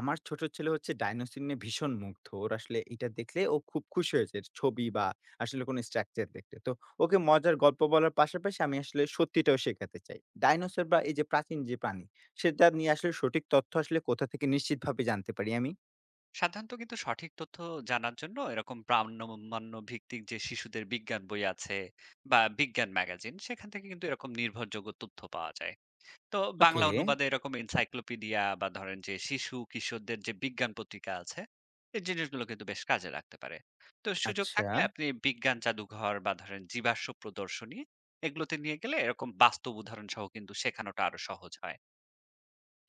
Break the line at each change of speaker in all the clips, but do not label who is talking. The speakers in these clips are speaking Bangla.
আমার ছোট ছেলে হচ্ছে ডাইনোসর নিয়ে ভীষণ মুগ্ধ। ওর আসলে এটা দেখলে ও খুব খুশি হয়েছে। এর ছবি বা আসলে কোনো স্ট্রাকচার দেখলে। তো ওকে মজার গল্প বলার পাশাপাশি আমি আসলে সত্যিটাও শেখাতে চাই। ডাইনোসর বা এই যে প্রাচীন যে প্রাণী, সেটা নিয়ে আসলে সঠিক তথ্য আসলে কোথা থেকে নিশ্চিতভাবে জানতে পারি আমি?
সাধারণত কিন্তু সঠিক তথ্য জানার জন্য এরকম প্রামাণ্য ভিত্তিক যে শিশুদের বিজ্ঞান বই আছে বা বিজ্ঞান ম্যাগাজিন সেখান থেকে কিন্তু এরকম নির্ভরযোগ্য তথ্য পাওয়া যায়। তো
ওকে,
বাংলা অনুবাদে এরকম এনসাইক্লোপিডিয়া বা ধরেন যে শিশু কিশোরদের যে বিজ্ঞান পত্রিকা আছে এই জিনিসগুলো কিন্তু বেশ কাজে লাগতে পারে। তো সুযোগ
আচ্ছা।
থাকলে আপনি বিজ্ঞান জাদুঘর বা ধরেন জীবাশ্ম প্রদর্শনী এগুলোতে নিয়ে গেলে এরকম বাস্তব উদাহরণ সহ কিন্তু শেখানোটা আরো সহজ হয়।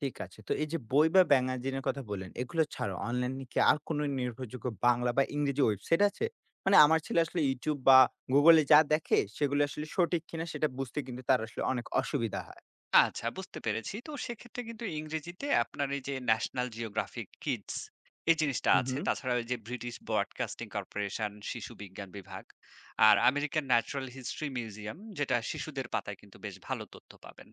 ঠিক আছে। তো এই যে বই বা ম্যাগাজিনের কথা বললেন, এগুলো ছাড়াও অনলাইনে কি আর কোনো নির্ভরযোগ্য বাংলা বা ইংরেজি ওয়েবসাইট আছে? মানে আমার ছেলে আসলে YouTube বা Google এ যা দেখে সেগুলো আসলে সঠিক কিনা সেটা বুঝতে কিন্তু তার আসলে অনেক অসুবিধা হয়।
আচ্ছা, বুঝতে পেরেছি। তো সেক্ষেত্রে কিন্তু ইংরেজিতে আপনার এই যে ন্যাশনাল জিওগ্রাফিক কিডস এই জিনিসটা
হুম,
আছে।
হুম।
তাছাড়া ওই যে ব্রিটিশ ব্রডকাস্টিং কর্পোরেশন শিশু বিজ্ঞান বিভাগ আর আমেরিকান ন্যাচারাল হিস্ট্রি মিউজিয়াম, যেটা শিশুদের পাতায় কিন্তু বেশ ভালো তথ্য পাবেন।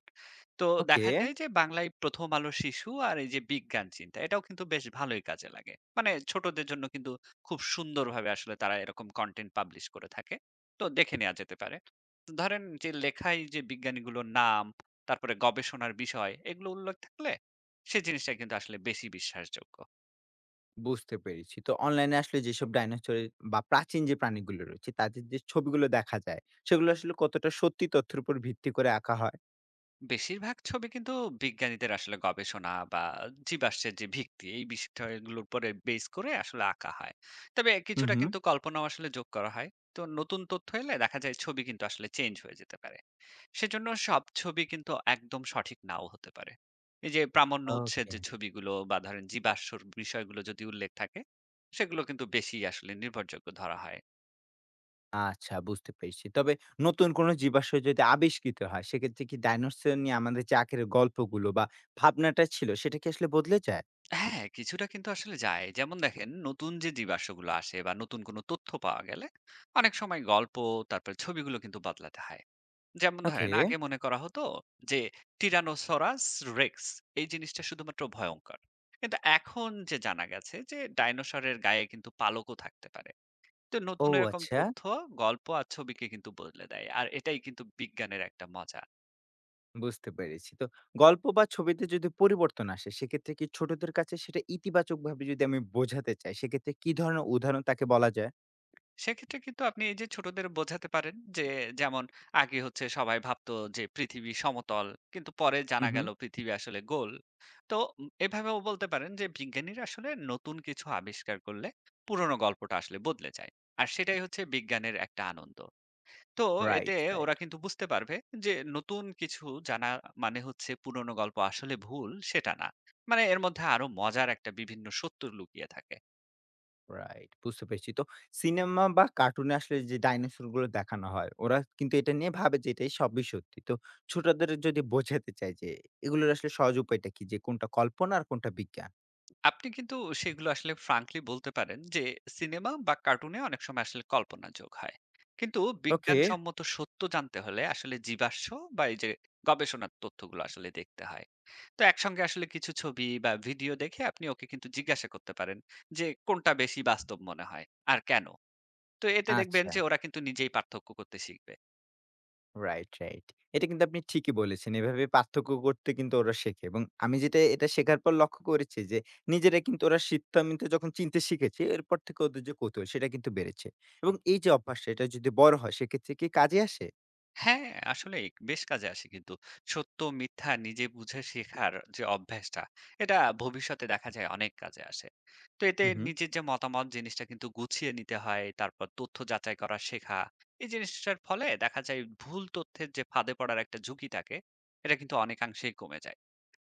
তো
ওকে,
দেখা যায় যে বাংলায় প্রথম আলো শিশু আর এই যে বিজ্ঞান চিন্তা এটাও কিন্তু বেশ ভালোই কাজে লাগে। মানে ছোটদের জন্য কিন্তু খুব সুন্দরভাবে আসলে তারা এরকম কনটেন্ট পাবলিশ করে থাকে। তো দেখে নেওয়া যেতে পারে। ধরেন যে লেখায় যে বিজ্ঞানীগুলোর নাম, তারপরে গবেষণার বিষয় এগুলো উল্লেখ থাকলে সে জিনিসটা কিন্তু আসলে বেশি বিশ্বাসযোগ্য।
বুঝতে পেরেছি। তো অনলাইনে আসলে যেসব ডাইনোসর বা প্রাচীন যে প্রাণীগুলো রয়েছে তাদের যে ছবিগুলো দেখা যায়, সেগুলো আসলে কতটা সত্যি তথ্যের উপর ভিত্তি করে আঁকা হয়?
বেশিরভাগ ছবি কিন্তু বিজ্ঞানীদের আসলে গবেষণা বা জীবাশ্মের যে ভিত্তি এই বিষয়গুলোর উপরে বেস করে আসলে আঁকা হয়। তবে
হুম,
কিছুটা
হুম।
কিন্তু কল্পনাও আসলে যোগ করা হয়। তো নতুন তথ্য এলে দেখা যায় ছবি কিন্তু আসলে চেঞ্জ হয়ে যেতে পারে। সেজন্য সব ছবি কিন্তু একদম সঠিক নাও হতে পারে। এই যে প্রামাণ্য উৎসের
ওকে।
যে ছবিগুলো বা ধরেন জীবাশ্মর বিষয়গুলো যদি উল্লেখ থাকে, সেগুলো কিন্তু বেশি আসলে নির্ভরযোগ্য ধরা হয়।
আচ্ছা বুঝতে পেরেছি। তবে নতুন কোনো জীবাশ্ম যদি আবিষ্কৃত হয়, সেক্ষেত্রে কি ডাইনোসর নিয়ে আমাদের যে আগের গল্পগুলো বা ভাবনাটা ছিল, সেটা কি আসলে বদলে যায়?
হ্যাঁ, কিছুটা কিন্তু আসলে যায়। যেমন দেখেন নতুন যে জীবাশ্মগুলো আসে বা নতুন কোনো তথ্য পাওয়া গেলে অনেক সময় গল্প, তারপরে ছবিগুলো কিন্তু বদলাতে হয়। যেমন
ওকে।
ধরেন আগে মনে করা হতো যে টিরানোসরাস রেক্স এই জিনিসটা শুধুমাত্র ভয়ঙ্কর। কিন্তু এখন যে জানা গেছে যে ডাইনোসরের গায়ে কিন্তু পালকও থাকতে পারে। তো
ও
নতুন এরকম
আচ্ছা,
তথ্য, গল্প আর ছবিকে কিন্তু বদলে দেয়। আর এটাই কিন্তু বিজ্ঞানের একটা মজা।
বুঝতে পেরেছি। তো গল্প বা ছবিতে যদি পরিবর্তন আসে, সেক্ষেত্রে কি ছোটদের কাছে সেটা ইতিবাচকভাবে যদি আমি বোঝাতে চাই, সেক্ষেত্রে কি ধরনের উদাহরণ তাকে বলা যায়?
সেক্ষেত্রে কিন্তু আপনি এই যে ছোটদের বোঝাতে পারেন যে যেমন আগে হচ্ছে সবাই ভাবতো যে পৃথিবী সমতল, কিন্তু পরে
হুম,
জানা
হুম।
গেল পৃথিবী আসলে গোল। তো এভাবেও বলতে পারেন যে বিজ্ঞানীরা আসলে নতুন কিছু আবিষ্কার করলে পুরনো গল্পটা আসলে বদলে যায়, আর সেটাই হচ্ছে বিজ্ঞানের একটা আনন্দ। তো এতে
রাইট,
ওরা
রাইট।
কিন্তু বুঝতে পারবে যে নতুন কিছু জানা মানে হচ্ছে পুরনো গল্প আসলে ভুল সেটা না, মানে এর মধ্যে আরো মজার একটা বিভিন্ন সত্য লুকিয়ে থাকে।
রাইট বুঝতে পেরেছি। তো সিনেমা বা কার্টুনে আসলে যে ডাইনোসর গুলো দেখানো হয়, ওরা কিন্তু এটা নিয়ে ভাবে যে এটাই সবই সত্যি। তো ছোটদের যদি বোঝাতে চাই যে এগুলোর আসলে সহজ উপায়টা কি? যে কোনটা কল্পনা আর কোনটা বিজ্ঞান?
আপনি কিন্তু সেগুলো আসলে ফ্রাঙ্কলি বলতে পারেন যে সিনেমা বা কার্টুনে অনেক সময় আসলে কল্পনা যোগ হয়, কিন্তু
ওকে।
বিজ্ঞানসম্মত সত্য জানতে হলে আসলে জীবাশ্ম বা এই যে গবেষণার তথ্যগুলো আসলে দেখতে হয়। তো একসঙ্গে আসলে কিছু ছবি বা ভিডিও দেখে আপনি ওকে কিন্তু জিজ্ঞাসা করতে পারেন যে কোনটা বেশি বাস্তব মনে হয় আর কেন। তো এতে দেখবেন
আচ্ছা।
যে ওরা কিন্তু নিজেই পার্থক্য করতে শিখবে।
Right, right. এটা কিন্তু আপনি ঠিকই বলেছেন। এভাবে পার্থক্য করতে কিন্তু ওরা শেখে এবং আমি যেটা এটা শেখার পর লক্ষ্য করেছি যে নিজেরা কিন্তু ওরা সিদ্ধান্ত যখন চিনতে শিখেছে, এরপর থেকে ওদের যে কৌতূহল সেটা কিন্তু বেড়েছে। এবং এই যে অভ্যাসটা এটা যদি বড় হয় সেক্ষেত্রে কি কাজে আসে?
হ্যাঁ, আসলেই বেশ কাজে আসে কিন্তু। সত্য, মিথ্যা নিজে বুঝে শেখার যে অভ্যাসটা, এটা ভবিষ্যতে দেখা যায় অনেক কাজে আসে। তো এতে
হু, হু।
নিজের যে মতামত জিনিসটা কিন্তু গুছিয়ে নিতে হয়, তারপর তথ্য যাচাই করা শেখা। এই জিনিসটার ফলে দেখা যায় ভুল তথ্যের যে ফাঁদে পড়ার একটা ঝুঁকি থাকে, এটা কিন্তু অনেকাংশেই কমে যায়।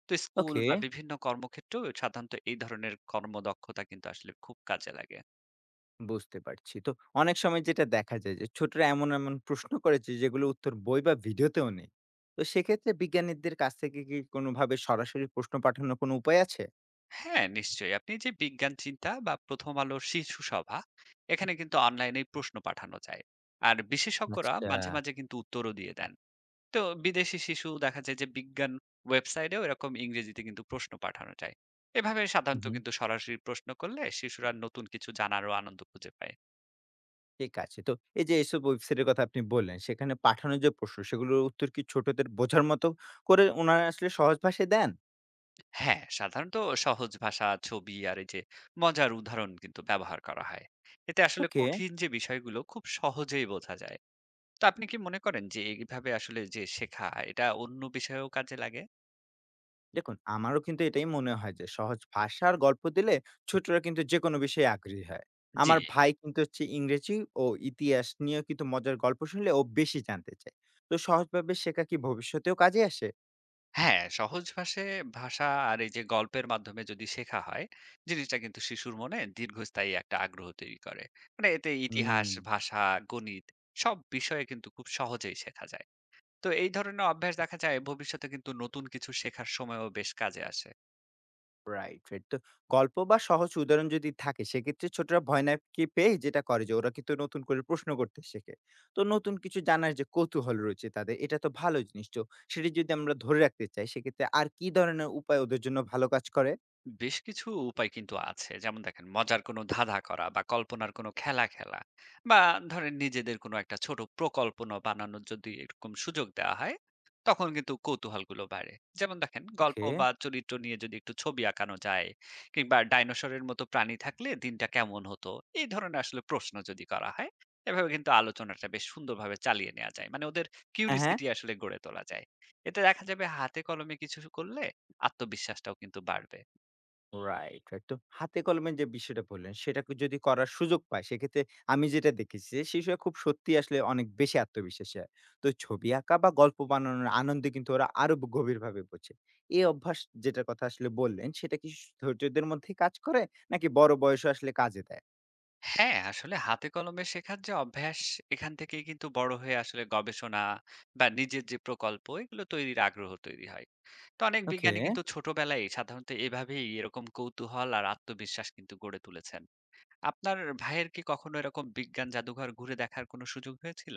তো স্কুল
ওকে।
বা বিভিন্ন কর্মক্ষেত্রেও সাধারণত এই ধরনের কর্মদক্ষতা কিন্তু আসলে খুব কাজে লাগে।
বুঝতে পারছি। তো অনেক সময় যেটা দেখা যায় যে ছোটরা এমন প্রশ্ন করেছে যেগুলো উত্তর বই বা ভিডিওতেও নেই। তো সেক্ষেত্রে বিজ্ঞানীদের কাছ থেকে কি কোনোভাবে সরাসরি প্রশ্ন পাঠানোর কোনো উপায় আছে?
হ্যাঁ, নিশ্চয়ই। আপনি যে বিজ্ঞান চিন্তা বা ১ম আলো শিশু সভা, এখানে কিন্তু অনলাইনে প্রশ্ন পাঠানো যায়। আর বিশেষজ্ঞরা
আচ্ছা।
মাঝে, মাঝে কিন্তু উত্তরও দিয়ে দেন। তো বিদেশি শিশু দেখা যায় যে বিজ্ঞান ওয়েবসাইটেও এরকম ইংরেজিতে কিন্তু প্রশ্ন পাঠানো যায়। এভাবে
হু,
সাধারণত
হু।
কিন্তু সরাসরি প্রশ্ন করলে শিশুরা নতুন কিছু জানারও আনন্দ খুঁজে পায়।
ঠিক আছে। তো এই যে এসব ওয়েবসাইটের কথা আপনি বললেন, সেখানে পাঠানো যে প্রশ্ন সেগুলোর উত্তর কি ছোটদের বোঝার মতো করে উনারা আসলে সহজ ভাষায় দেন?
হ্যাঁ, সাধারণত সহজ ভাষা, ছবি আর এই যে মজার উদাহরণ কিন্তু ব্যবহার করা হয়। এতে আসলে
ওকে।
কঠিন যে বিষয়গুলো খুব সহজেই বোঝা যায়। তো আপনি কি মনে করেন যে এইভাবে আসলে যে শেখা এটা অন্য বিষয়েও কাজে লাগে?
দেখুন, আমারও কিন্তু এটাই মনে হয় যে সহজ ভাষার গল্প দিলে ছোটরা কিন্তু যেকোনো বিষয়ে আগ্রহী হয়।
জি।
আমার ভাই কিন্তু হচ্ছে ইংরেজি ও ইতিহাস নিয়েও কিন্তু মজার গল্প শুনলে ও বেশি জানতে চায়। তো সহজভাবে শেখা কি ভবিষ্যতেও কাজে আসে?
হ্যাঁ, সহজ ভাষা আর এই যে গল্পের মাধ্যমে যদি শেখা হয়, জিনিসটা কিন্তু শিশুর মনে দীর্ঘস্থায়ী একটা আগ্রহ তৈরি করে। মানে এতে
হুম,
ইতিহাস, ভাষা, গণিত সব বিষয়ে কিন্তু খুব সহজেই শেখা যায়। তো এই ধরনের অভ্যাস দেখা যায় ভবিষ্যতে কিন্তু নতুন কিছু শেখার সময়ও বেশ কাজে আসে।
Right, right. তো গল্প বা সহজ উদাহরণ যদি থাকে সেক্ষেত্রে ছোটরা ভয় না কি পেয়ে যেটা করে যে ওরা কিন্তু নতুন করে প্রশ্ন করতে শেখে। তো নতুন কিছু জানার যে কৌতূহল রয়েছে তাদের এটা তো ভালো জিনিস। তো সেটি যদি আমরা ধরে রাখতে চাই সেক্ষেত্রে আর কি ধরনের উপায় ওদের জন্য ভালো কাজ করে?
বেশ কিছু উপায় কিন্তু আছে, যেমন দেখেন মজার কোনো ধাঁধা করা বা কল্পনার কোনো খেলা খেলা বা ধরেন নিজেদের কোনো একটা ছোট প্রকল্প বানানোর যদি এরকম সুযোগ দেওয়া হয় তখন কিন্তু কৌতূহলগুলো বাড়ে। যেমন দেখেন গল্প
ওকে।
বা চরিত্র নিয়ে যদি একটু ছবি আঁকানো যায় কিংবা ডাইনোসরের মতো প্রাণী থাকলে দিনটা কেমন হতো, এই ধরনের আসলে প্রশ্ন যদি করা হয় এভাবে কিন্তু আলোচনাটা বেশ সুন্দরভাবে চালিয়ে নেওয়া যায়, মানে ওদের
হ্যাঁ, হ্যাঁ।
কিউরিসিটি আসলে গড়ে তোলা যায়। এতে দেখা যাবে হাতে কলমে কিছু করলে আত্মবিশ্বাসটাও কিন্তু বাড়বে।
Right, right. তো হাতে কলমের যে বিষয়টা বললেন, সেটা যদি করার সুযোগ পায়, সেক্ষেত্রে আমি যেটা দেখেছি যে শিশুরা খুব সত্যিই আসলে অনেক বেশি আত্মবিশ্বাসী হয়। তো ছবি আঁকা বা গল্প বানানোর আনন্দে কিন্তু ওরা আরো গভীরভাবে বোঝে। এই অভ্যাস যেটার কথা আসলে বললেন, সেটা কি ছোটদের মধ্যেই কাজ করে নাকি বড় বয়সেও আসলে কাজে দেয়?
হ্যাঁ, আসলে হাতে কলমে শেখার যে অভ্যাস এখান থেকেই কিন্তু বড় হয়ে আসলে গবেষণা বা নিজের যে প্রকল্প এগুলো তৈরির আগ্রহ তৈরি হয়। তো অনেক
ওকে।
বিজ্ঞানী কিন্তু ছোটবেলায় সাধারণত এভাবেই এরকম কৌতূহল আর আত্মবিশ্বাস কিন্তু গড়ে তুলেছেন। আপনার ভাইয়ের কি কখনো এরকম বিজ্ঞান জাদুঘর ঘুরে দেখার কোনো সুযোগ হয়েছিল?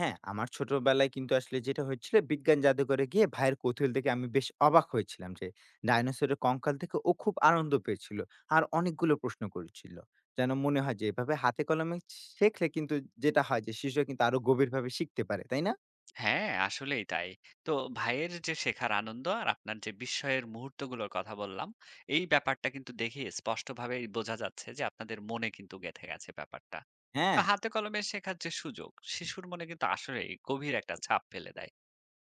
হ্যাঁ, আমার ছোটবেলায় কিন্তু আসলে যেটা হয়েছিল বিজ্ঞান জাদুঘরে গিয়ে ভাইয়ের কৌতূহল দেখে আমি বেশ অবাক হয়েছিলাম যে, ডাইনোসরের কঙ্কাল থেকে ও খুব আনন্দ পেয়েছিল। আর অনেকগুলো প্রশ্ন করেছিল। যেন মনে হয় যে এভাবে হাতে কলমে শেখলে কিন্তু যেটা হয় যে শিশুরা কিন্তু আরো গভীরভাবে শিখতে পারে, তাই না?
হ্যাঁ, আসলেই তাই। তো ভাইয়ের যে শেখার আনন্দ আর আপনার যে বিস্ময়ের মুহূর্তগুলোর কথা বললাম, এই ব্যাপারটা কিন্তু দেখে স্পষ্টভাবেই বোঝা যাচ্ছে যে আপনাদের মনে কিন্তু গেঁথে গেছে ব্যাপারটা। তো
হ্যাঁ,
হাতে কলমে শেখার যে সুযোগ শিশুর মনে কিন্তু আসলেই গভীর একটা ছাপ ফেলে দেয়।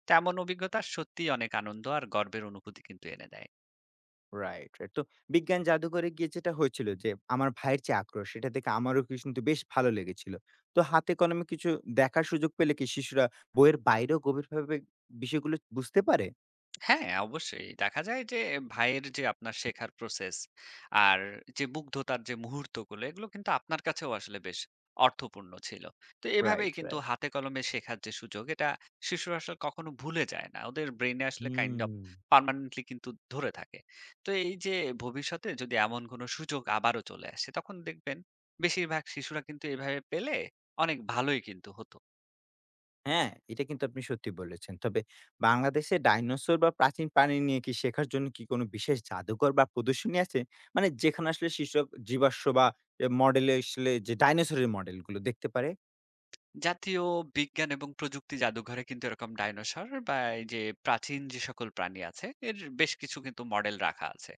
তেমন অভিজ্ঞতা সত্যিই অনেক আনন্দ আর গর্বের অনুভূতি কিন্তু এনে দেয়।
Right, right. তো বিজ্ঞান জাদুঘরে গিয়ে যেটা হয়েছিল যে আমার ভাইয়ের যে আগ্রহ সেটা দেখে আমারও কিন্তু বেশ ভালো লেগেছিল। তো হাতে কলমে কিছু দেখার সুযোগ পেলে কি শিশুরা বইয়ের বাইরেও গভীরভাবে বিষয়গুলো বুঝতে পারে?
হ্যাঁ, অবশ্যই। দেখা যায় যে ভাইয়ের যে আপনার শেখার প্রসেস আর যে মুগ্ধতার যে মুহূর্তগুলো এগুলো কিন্তু আপনার কাছেও আসলে বেশ অর্থপূর্ণ ছিল। তো এভাবেই
রাইট,
কিন্তু
রাইট।
হাতে কলমে শেখার যে সুযোগ এটা শিশুরা আসলে কখনো ভুলে যায় না। ওদের ব্রেইনে আসলে কাইন্ড
হুম।
অফ পার্মানেন্টলি কিন্তু ধরে থাকে। তো এই যে ভবিষ্যতে যদি এমন কোনো সুযোগ আবারও চলে আসে তখন দেখবেন বেশিরভাগ শিশুরা কিন্তু এভাবে পেলে অনেক ভালোই কিন্তু হতো।
হ্যাঁ, এটা কিন্তু আপনি সত্যি বলেছেন। তবে বাংলাদেশে ডাইনোসর বা প্রাচীন প্রাণী নিয়ে কি শেখার জন্য কি কোনো বিশেষ জাদুঘর বা প্রদর্শনী আছে? মানে যেখানে আসলে শিশুরা জীবাশ্ম বা এ মডেলে আসলে যে ডাইনোসরের মডেল গুলো দেখতে পারে?
জাতীয় বিজ্ঞান এবং প্রযুক্তি জাদুঘরে কিন্তু এরকম ডাইনোসর বা এই যে প্রাচীন যে সকল প্রাণী আছে এর বেশ কিছু কিন্তু মডেল রাখা আছে।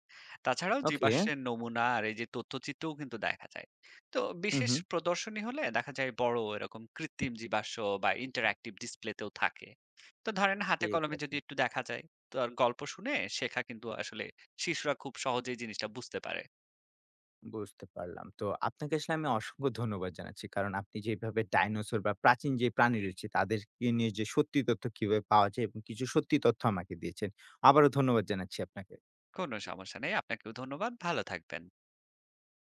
তাছাড়াও
ওকে।
জীবাশ্মের নমুনা আর এই যে তথ্যচিত্রও কিন্তু দেখা যায়। তো
হুম,
বিশেষ
হুম।
প্রদর্শনী হলে দেখা যায় বড় এরকম কৃত্রিম জীবাশ্ম বা ইন্টারঅ্যাক্টিভ ডিসপ্লেতেও থাকে। তো ধরেন হাতে
ঠিক
কলমে
আছে।
যদি একটু দেখা যায় তো আর গল্প শুনে শেখা কিন্তু আসলে শিশুরা খুব সহজেই জিনিসটা বুঝতে পারে।
বুঝতে পারলাম। তো আপনাকে আসলে আমি অসংখ্য ধন্যবাদ জানাচ্ছি। কারণ আপনি যেভাবে ডাইনোসর বা প্রাচীন যে প্রাণী রয়েছে তাদেরকে নিয়ে যে সত্যি তথ্য কিভাবে পাওয়া যায় এবং কিছু সত্যি তথ্য আমাকে দিয়েছেন। আবারও ধন্যবাদ জানাচ্ছি আপনাকে।
কোনো সমস্যা নেই, আপনাকেও ধন্যবাদ, ভালো থাকবেন।